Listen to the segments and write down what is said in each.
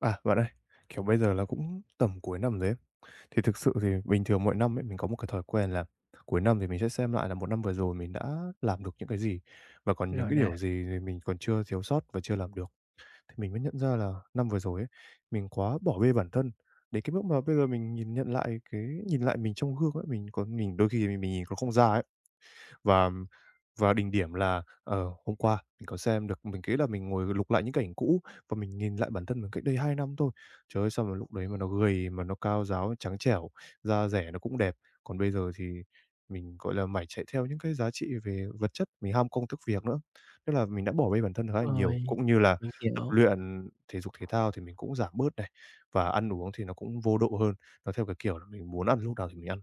À, bạn ơi, bây giờ là cũng tầm cuối năm rồi ấy. Thì thực sự thì bình thường mỗi năm ấy, mình có một cái thói quen là cuối năm thì mình sẽ xem lại là một năm vừa rồi mình đã làm được những cái gì, và còn những Rồi cái nè, điều gì thì mình còn chưa thiếu sót và chưa làm được. Thì mình mới nhận ra là năm vừa rồi ấy, mình quá bỏ bê bản thân, đến cái mức mà bây giờ mình nhìn nhận lại nhìn lại mình trong gương ấy, mình đôi khi mình nhìn còn không ra ấy. Và và đỉnh điểm là, hôm qua mình có xem được mình nghĩ là mình ngồi lục lại những cảnh cũ và mình nhìn lại bản thân mình cách đây 2 năm thôi. Trời ơi, sao mà lúc đấy mà nó gầy, mà nó cao ráo, trắng trẻo, da dẻ nó cũng đẹp. Còn bây giờ thì mình, gọi là, mải chạy theo những cái giá trị về vật chất, mình ham công thức việc nữa. Tức là mình đã bỏ bê bản thân khá là nhiều, ơi, cũng như là mình tập hiểu. luyện thể dục thể thao thì mình cũng giảm bớt này, và ăn uống thì nó cũng vô độ hơn. Nó theo cái kiểu là mình muốn ăn lúc nào thì mình ăn.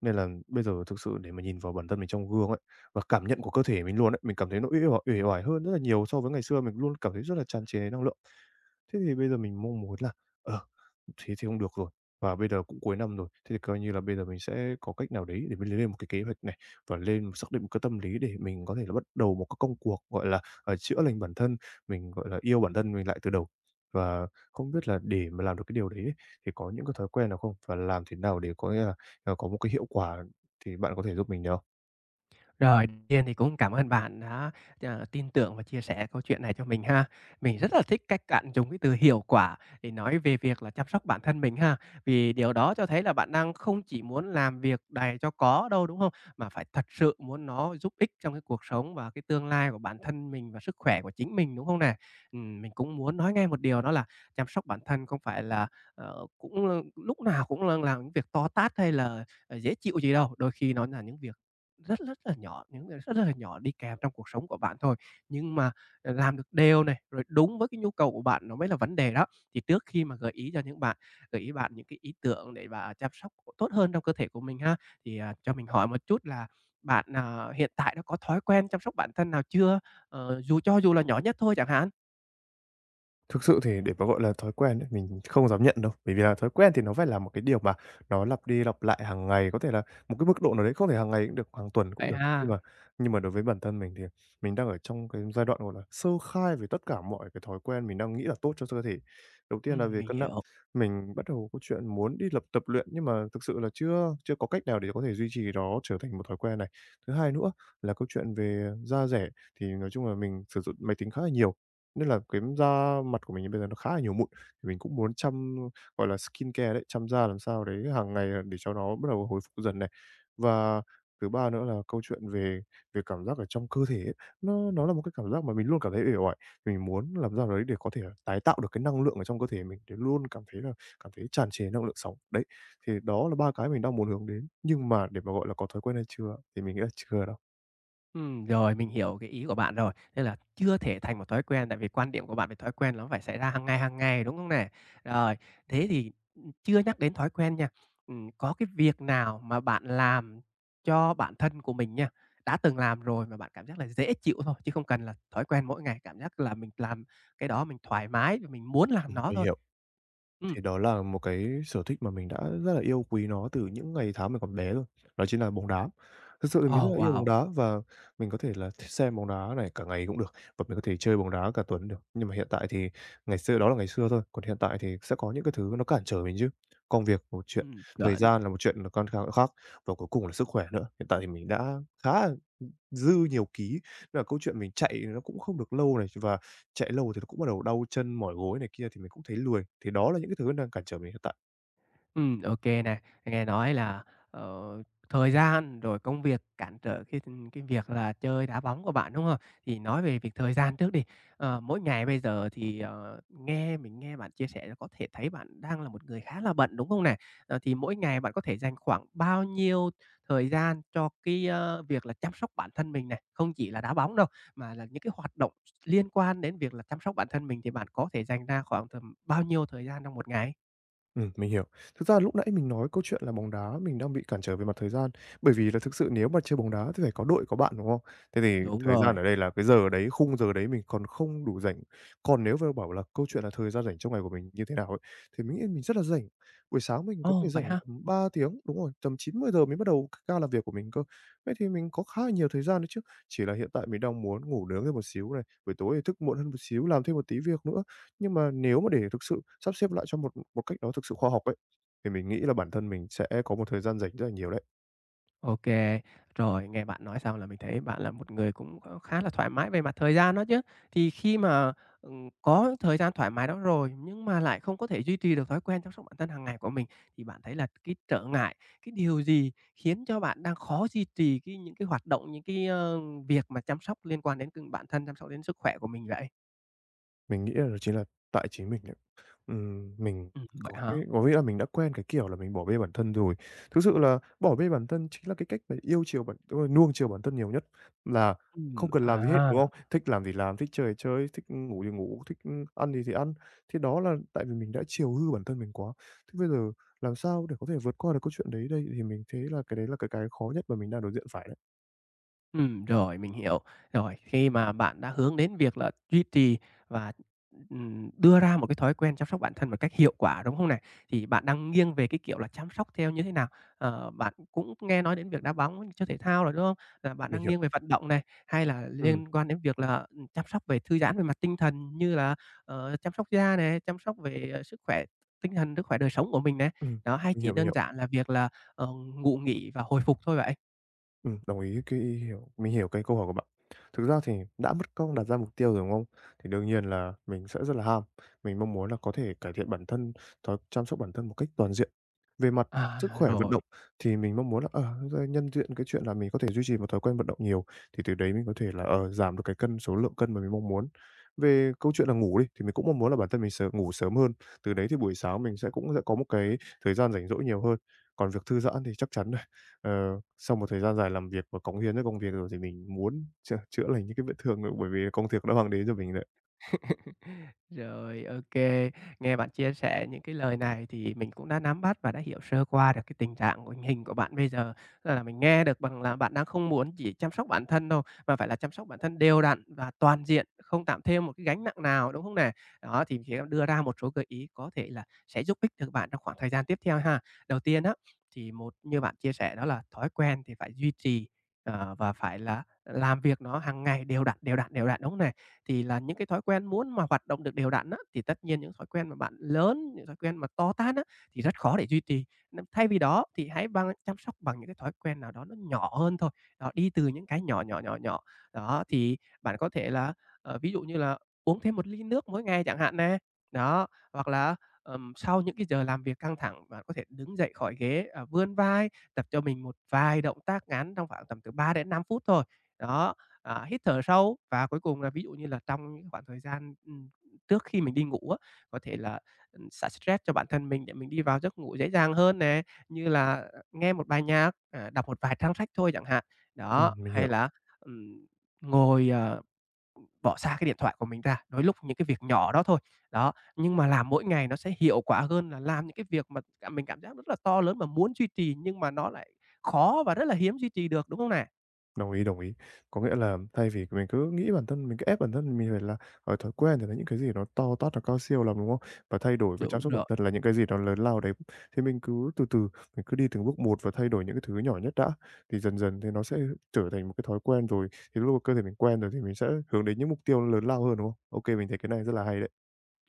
Nên là bây giờ thực sự để mà nhìn vào bản thân mình trong gương ấy, và cảm nhận của cơ thể mình luôn ấy, mình cảm thấy nó uể oải hơn rất là nhiều so với ngày xưa, mình luôn cảm thấy rất là tràn trề năng lượng. Thế thì bây giờ mình mong muốn là, ờ Thế thì không được rồi. Và bây giờ cũng cuối năm rồi, thế thì coi như là bây giờ mình sẽ có cách nào đấy để mình lên một cái kế hoạch này và lên xác định một cái tâm lý để mình có thể là bắt đầu một cái công cuộc, gọi là, chữa lành bản thân, mình, gọi là, yêu bản thân mình lại từ đầu. Và không biết là để mà làm được cái điều đấy ấy, thì có những cái thói quen nào không? Và làm thế nào để có nghĩa là, có một cái hiệu quả thì bạn có thể giúp mình được không? Rồi, đầu tiên thì cũng cảm ơn bạn đã, tin tưởng và chia sẻ câu chuyện này cho mình ha. Mình rất là thích cách bạn dùng cái từ "hiệu quả" để nói về việc là chăm sóc bản thân mình ha, vì điều đó cho thấy là bạn đang không chỉ muốn làm việc đầy cho có đâu, đúng không? Mà phải thật sự muốn nó giúp ích trong cái cuộc sống và cái tương lai của bản thân mình và sức khỏe của chính mình, đúng không nè? Mình cũng muốn nói ngay một điều đó là chăm sóc bản thân không phải là, lúc nào cũng là làm những việc to tát hay là, dễ chịu gì đâu, đôi khi nó là những việc rất rất là nhỏ, những điều rất là nhỏ đi kèm trong cuộc sống của bạn thôi, nhưng mà, làm được đều này, rồi đúng với cái nhu cầu của bạn nó mới là vấn đề đó. Thì trước khi mà gợi ý bạn những cái ý tưởng để mà chăm sóc tốt hơn trong cơ thể của mình ha, thì, cho mình hỏi một chút là bạn, hiện tại đã có thói quen chăm sóc bản thân nào chưa? Ờ, dù cho dù là nhỏ nhất thôi chẳng hạn? Thực sự thì để mà, gọi là, thói quen ấy, mình không dám nhận đâu, bởi vì là thói quen thì nó phải là một cái điều mà nó lặp đi lặp lại hàng ngày, có thể là một cái mức độ nào đấy, không thể hàng ngày cũng được, hàng tuần cũng Vậy được. ha? Nhưng À, mà nhưng mà đối với bản thân mình thì mình đang ở trong cái giai đoạn, gọi là, sơ khai về tất cả mọi cái thói quen mình đang nghĩ là tốt cho cơ thể. Đầu tiên là về mình cân nặng, hiểu. mình bắt đầu có chuyện muốn đi lập tập luyện, nhưng mà thực sự là chưa chưa có cách nào để có thể duy trì đó trở thành một thói quen này. Thứ hai nữa là câu chuyện về da dẻ, thì nói chung là mình sử dụng máy tính khá là nhiều, nên là cái da mặt của mình bây giờ nó khá là nhiều mụn, thì mình cũng muốn chăm, gọi là, skincare đấy, chăm da làm sao đấy hàng ngày để cho nó bắt đầu hồi phục dần này. Và thứ ba nữa là câu chuyện về về cảm giác ở trong cơ thể ấy, nó là một cái cảm giác mà mình luôn cảm thấy uể oải. Thì mình muốn làm sao đấy để có thể tái tạo được cái năng lượng ở trong cơ thể mình, để luôn cảm thấy là cảm thấy tràn trề năng lượng sống. Đấy, thì đó là 3 cái mình đang muốn hướng đến, nhưng mà để mà, gọi là, có thói quen hay chưa thì mình nghĩ là chưa đâu. Rồi, mình hiểu cái ý của bạn rồi. Nên là chưa thể thành một thói quen, tại vì quan điểm của bạn về thói quen nó phải xảy ra hàng ngày, đúng không nè? Rồi, thế thì, chưa nhắc đến thói quen nha, có cái việc nào mà bạn làm cho bản thân của mình nha, đã từng làm rồi mà bạn cảm giác là dễ chịu thôi, chứ không cần là thói quen mỗi ngày, cảm giác là mình làm cái đó mình thoải mái và mình muốn làm nó Mình thôi? hiểu. Ừm. Thì đó là một cái sở thích mà mình đã rất là yêu quý nó từ những ngày tháng mình còn bé rồi, đó chính là bóng đá. Thực sự thì mình rất Ồ, là yêu bóng wow! đá và mình có thể là thích xem bóng đá này cả ngày cũng được, và mình có thể chơi bóng đá cả tuần được. Nhưng mà hiện tại thì ngày xưa đó là ngày xưa thôi, còn hiện tại thì sẽ có những cái thứ nó cản trở mình chứ. Công việc một chuyện, thời Chuẩn. gian là một chuyện là con kha khác, và cuối cùng là sức khỏe nữa. Hiện tại thì mình đã khá là dư nhiều ký, nên là câu chuyện mình chạy nó cũng không được lâu này, và chạy lâu thì nó cũng bắt đầu đau chân, mỏi gối này kia thì mình cũng thấy lười. Thì đó là những cái thứ đang cản trở mình hiện tại. Ô kê nè. Nghe nói là, ờ, thời gian rồi công việc cản trở cái việc là chơi đá bóng của bạn, đúng hông? Thì nói về việc thời gian trước đi, mỗi ngày bây giờ thì, nghe bạn chia sẻ là có thể thấy bạn đang là một người khá là bận, đúng không nè? Ờ, thì mỗi ngày bạn có thể dành khoảng bao nhiêu thời gian cho việc là chăm sóc bản thân mình này? Không chỉ là đá bóng đâu, mà là những cái hoạt động liên quan đến việc là chăm sóc bản thân mình thì bạn có thể dành ra khoảng tầm bao nhiêu thời gian trong một ngày? Mình hiểu. Thực ra lúc nãy mình nói câu chuyện là bóng đá mình đang bị cản trở về mặt thời gian, bởi vì là thực sự nếu mà chơi bóng đá thì phải có đội có bạn, đúng không? Thế thì Đúng thời gian rồi. ở đây là cái giờ đấy, khung giờ đấy mình còn không đủ rảnh. Còn nếu mà bảo là câu chuyện là thời gian rảnh trong ngày của mình như thế nào ấy, thì mình nghĩ mình rất là rảnh. Buổi sáng mình có thể Ồ, vậy rảnh ha? tầm 3 tiếng, đúng rồi, tầm 900 giờ mới bắt đầu ca làm việc của mình cơ. Vậy thì mình có khá là nhiều thời gian đấy chứ, chỉ là hiện tại mình đang muốn ngủ nướng thêm một xíu này, buổi tối thì thức muộn hơn một xíu, làm thêm một tí việc nữa. Nhưng mà nếu mà để thực sự sắp xếp lại cho một một cách đó thực sự khoa học ấy, thì mình nghĩ là bản thân mình sẽ có một thời gian rảnh rất là nhiều đấy. Ô. Rồi, nghe bạn nói xong là mình thấy bạn là một người cũng khá là thoải mái về mặt thời gian đó chứ. Thì khi mà, có thời gian thoải mái đó rồi, nhưng mà lại không có thể duy trì được thói quen chăm sóc bản thân hàng ngày của mình, thì bạn thấy là cái điều gì khiến cho bạn đang khó duy trì những cái hoạt động, việc mà chăm sóc liên quan đến từng bản thân, chăm sóc đến sức khỏe của mình vậy? Mình nghĩ là đó chính là tại chính mình đấy. Mình Vậy hả? có nghĩa là mình đã quen cái kiểu là mình bỏ bê bản thân rồi. Thực sự là bỏ bê bản thân chính là cái cách mà yêu chiều bản đúng rồi, nuông chiều bản thân nhiều nhất, là không cần làm gì hết, À. đúng không? Thích làm thì làm, thích chơi thì chơi, thích ngủ thì ngủ, thích, ăn thì ăn. Thì đó là tại vì mình đã chiều hư bản thân mình quá. Thế bây giờ làm sao để có thể vượt qua được câu chuyện đấy đây? Thì mình thấy là cái đấy là cái khó nhất mà mình đang đối diện phải đấy. Rồi, mình hiểu. Rồi, khi mà bạn đã hướng đến việc là duy trì và, đưa ra một cái thói quen chăm sóc bản thân một cách hiệu quả, đúng không này? Thì bạn đang nghiêng về cái kiểu là chăm sóc theo như thế nào? Ờ, bạn cũng nghe nói đến việc đá bóng, chơi thể thao rồi, đúng không? Là bạn Mình đang hiểu. nghiêng về vận động này, hay là Ừm, liên quan đến việc là, chăm sóc về thư giãn về mặt tinh thần như là, chăm sóc da này chăm sóc về, sức khỏe tinh thần, sức khỏe đời sống của mình nè? ừm, Đó, hay chỉ mình đơn hiểu. giản là việc là, ờ, ngủ nghỉ và hồi phục thôi vậy? Đồng ý cái hiểu mình hiểu cái câu hỏi của bạn. Thực ra thì đã mất công đặt ra mục tiêu rồi, đúng không? Thì đương nhiên là mình sẽ rất là ham, mình mong muốn là có thể cải thiện bản thân, thói chăm sóc bản thân một cách toàn diện. Về mặt À, sức khỏe vận động rồi. thì mình mong muốn là, ra nhân diện cái chuyện là mình có thể duy trì một thói quen vận động nhiều, thì từ đấy mình có thể là, giảm được cái số lượng cân mà mình mong muốn. Về câu chuyện là ngủ đi, thì mình cũng mong muốn là bản thân mình ngủ sớm hơn, từ đấy thì buổi sáng mình cũng sẽ có một cái thời gian rảnh rỗi nhiều hơn. Còn việc thư giãn thì chắc chắn Ờ, sau một thời gian dài làm việc và cống hiến cho công việc rồi thì mình muốn chữa chữa lành những cái vết thương nữa, bởi vì công việc đã mang đến cho mình đấy. Rồi, ô. Nghe bạn chia sẻ những cái lời này thì mình cũng đã nắm bắt và đã hiểu sơ qua được cái tình trạng của bạn bây giờ. Tức là mình nghe được bằng là bạn đang không muốn chỉ chăm sóc bản thân đâu, mà phải là chăm sóc bản thân đều đặn và toàn diện, không tạm thêm một cái gánh nặng nào, đúng không nè? Đó, thì mình sẽ đưa ra một số gợi ý có thể là sẽ giúp ích được bạn trong khoảng thời gian tiếp theo ha. Đầu tiên á, thì một như bạn chia sẻ đó là thói quen thì phải duy trì, và phải là làm việc nó hàng ngày đều đặn, đều đặn, đều đặn, đúng không nè? Thì là những cái thói quen muốn mà hoạt động được đều đặn á, thì tất nhiên những thói quen mà bạn lớn, những thói quen mà to tát á, thì rất khó để duy trì. Nên thay vì đó thì hãy bằng chăm sóc bằng những cái thói quen nào đó nó nhỏ hơn thôi. Đó, đi từ những cái nhỏ, nhỏ, nhỏ, nhỏ. Đó, thì bạn có thể là, ví dụ như là uống thêm một ly nước mỗi ngày chẳng hạn nè. Đó, hoặc là, sau những cái giờ làm việc căng thẳng, bạn có thể đứng dậy khỏi ghế, vươn vai, tập cho mình một vài động tác ngắn trong khoảng tầm từ 3 đến 5 phút thôi. Đó, hít thở sâu và cuối cùng là ví dụ như là trong những khoảng thời gian, trước khi mình đi ngủ á, có thể là, xả stress cho bản thân mình để mình đi vào giấc ngủ dễ dàng hơn nè, như là, nghe một bài nhạc, đọc một vài trang sách thôi chẳng hạn. Đó, Mình hiểu. hay là, ừm, ngồi, bỏ xa cái điện thoại của mình ra, đôi lúc những cái việc nhỏ đó thôi. Đó, nhưng mà làm mỗi ngày nó sẽ hiệu quả hơn là làm những cái việc mà cảm giác rất là to lớn mà muốn duy trì nhưng mà nó lại khó và rất là hiếm duy trì được, đúng không nè? Đồng ý, đồng ý. Có nghĩa là thay vì mình cứ ép bản thân mình phải là, ở thói quen thì là những cái gì nó to tát, nó cao siêu lắm, đúng không? Và thay đổi và chăm Đúng sóc bản rồi. thân là những cái gì nó lớn lao đấy. Thì mình cứ từ từ, mình cứ đi từng bước một và thay đổi những cái thứ nhỏ nhất đã, thì dần dần thì nó sẽ trở thành một cái thói quen rồi, thì lúc mà cơ thể mình quen rồi thì mình sẽ hướng đến những mục tiêu lớn lao hơn, đúng không? OK, mình thấy cái này rất là hay đấy.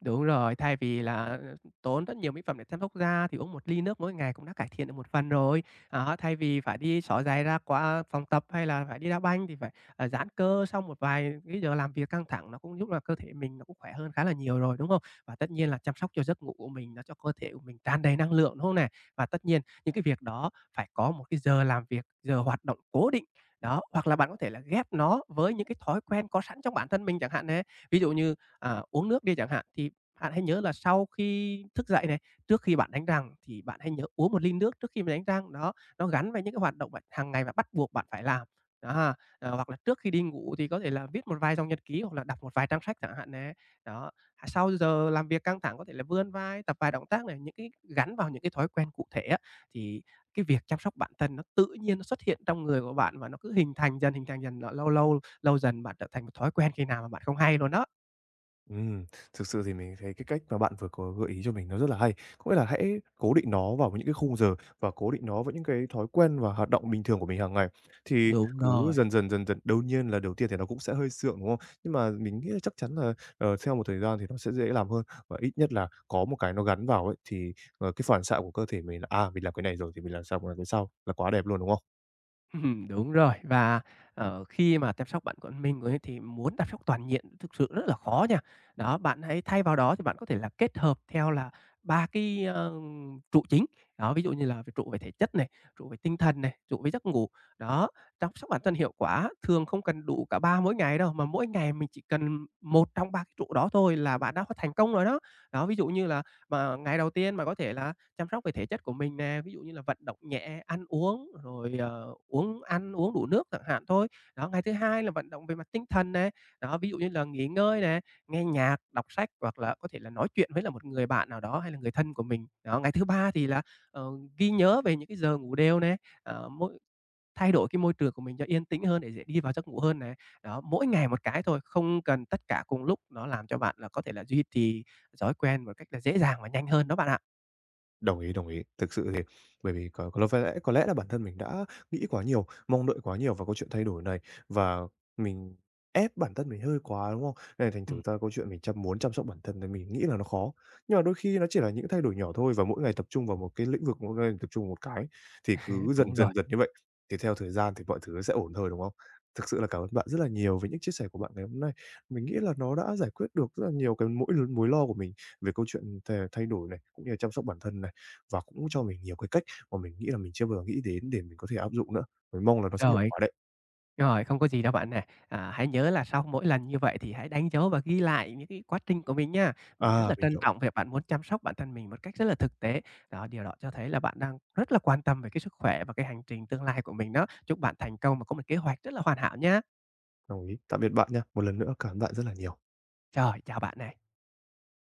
Đúng rồi, thay vì là, tốn rất nhiều mỹ phẩm để chăm sóc da thì uống một ly nước mỗi ngày cũng đã cải thiện được một phần rồi. Đó, thay vì phải đi xỏ giày ra qua phòng tập hay là phải đi đá banh thì phải, giãn cơ sau một vài cái giờ làm việc căng thẳng, nó cũng giúp là cơ thể mình nó cũng khỏe hơn khá là nhiều rồi, đúng không? Và tất nhiên là chăm sóc cho giấc ngủ của mình, nó cho cơ thể của mình tràn đầy năng lượng, đúng không này. Và tất nhiên những cái việc đó phải có một cái giờ làm việc, giờ hoạt động cố định. Đó, hoặc là bạn có thể là ghép nó với những cái thói quen có sẵn trong bản thân mình chẳng hạn nè. Ví dụ như, uống nước đi chẳng hạn, thì bạn hãy nhớ là sau khi thức dậy này, trước khi bạn đánh răng thì bạn hãy nhớ uống một ly nước trước khi mà đánh răng. Đó, nó gắn với những cái hoạt động bạn hàng ngày bạn bắt buộc bạn phải làm. Đó, hoặc là trước khi đi ngủ thì có thể là viết một vài dòng nhật ký hoặc là đọc một vài trang sách chẳng hạn nè. Đó, sau giờ làm việc căng thẳng có thể là vươn vai, tập vài động tác này, những cái gắn vào những cái thói quen cụ thể á, thì cái việc chăm sóc bản thân nó tự nhiên nó xuất hiện trong người của bạn và nó cứ hình thành dần, nó lâu lâu lâu dần bạn trở thành một thói quen khi nào mà bạn không hay luôn đó. Ừm, thực sự thì mình thấy cái cách mà bạn vừa có gợi ý cho mình nó rất là hay. Có nghĩa là hãy cố định nó vào những cái khung giờ và cố định nó với những cái thói quen và hoạt động bình thường của mình hàng ngày. Thì Đúng cứ rồi. dần dần, dần dần, đương nhiên là đầu tiên thì nó cũng sẽ hơi sượng, đúng không? Nhưng mà mình nghĩ là chắc chắn là, theo một thời gian thì nó sẽ dễ làm hơn và ít nhất là có một cái nó gắn vào ấy, thì, cái phản xạ của cơ thể mình là, à, mình làm cái này rồi thì mình làm cái sau là quá đẹp luôn, đúng không? Đúng rồi. Và, khi mà chăm sóc bạn của mình ấy thì muốn chăm sóc toàn diện thực sự rất là khó nha. Đó, bạn hãy thay vào đó thì bạn có thể là kết hợp theo là 3 trụ chính. Đó, ví dụ như là về trụ về thể chất này, trụ về tinh thần này, trụ về giấc ngủ. Đó, chăm sóc bản thân hiệu quả thường không cần đủ cả 3 mỗi ngày đâu, mà mỗi ngày mình chỉ cần một trong 3 cái trụ đó thôi là bạn đã có thành công rồi đó. Đó, ví dụ như là mà ngày đầu tiên mà có thể là chăm sóc về thể chất của mình nè, ví dụ như là vận động nhẹ, ăn uống, rồi, ờ, uống ăn uống đủ nước chẳng hạn thôi. Đó, ngày thứ hai là vận động về mặt tinh thần nè, đó, ví dụ như là nghỉ ngơi nè, nghe nhạc, đọc sách hoặc là có thể là nói chuyện với là một người bạn nào đó hay là người thân của mình. Đó, ngày thứ ba thì là, ờ, ghi nhớ về những cái giờ ngủ đều nè, ờ, mỗi thay đổi cái môi trường của mình cho yên tĩnh hơn để dễ đi vào giấc ngủ hơn nè. Đó, mỗi ngày một cái thôi, không cần tất cả cùng lúc, nó làm cho bạn là có thể là duy trì thói quen một cách là dễ dàng và nhanh hơn đó bạn ạ. Đồng ý, đồng ý. Thực sự thì bởi vì có lẽ là bản thân mình đã nghĩ quá nhiều, mong đợi quá nhiều vào câu chuyện thay đổi này và mình ép bản thân mình hơi quá, đúng không? Nên thành thử Ừm, ra câu chuyện mình muốn chăm sóc bản thân thì mình nghĩ là nó khó. Nhưng mà đôi khi nó chỉ là những thay đổi nhỏ thôi và mỗi ngày tập trung vào một cái lĩnh vực, mỗi ngày tập trung một cái thì cứ dần đúng dần rồi. dần như vậy, thì theo thời gian thì mọi thứ nó sẽ ổn thôi, đúng không? Thực sự là cảm ơn bạn rất là nhiều với những chia sẻ của bạn ngày hôm nay. Mình nghĩ là nó đã giải quyết được rất là nhiều cái mối lo của mình về câu chuyện thay đổi này, cũng như là chăm sóc bản thân này. Và cũng cho mình nhiều cái cách mà mình nghĩ là mình chưa bao giờ nghĩ đến để mình có thể áp dụng nữa. Mình mong là nó sẽ hiệu Rồi, quả đấy. rồi, không có gì đâu bạn nè. À, hãy nhớ là sau mỗi lần như vậy thì hãy đánh dấu và ghi lại những cái quá trình của mình nha. Mình rất À, là mình trân hiểu, trọng việc bạn muốn chăm sóc bản thân mình một cách rất là thực tế. Đó, điều đó cho thấy là bạn đang rất là quan tâm về cái sức khỏe và cái hành trình tương lai của mình đó. Chúc bạn thành công và có một kế hoạch rất là hoàn hảo nhá. đồng ý. Tạm biệt bạn nha. Một lần nữa cảm ơn bạn rất là nhiều. Rồi, chào bạn nè.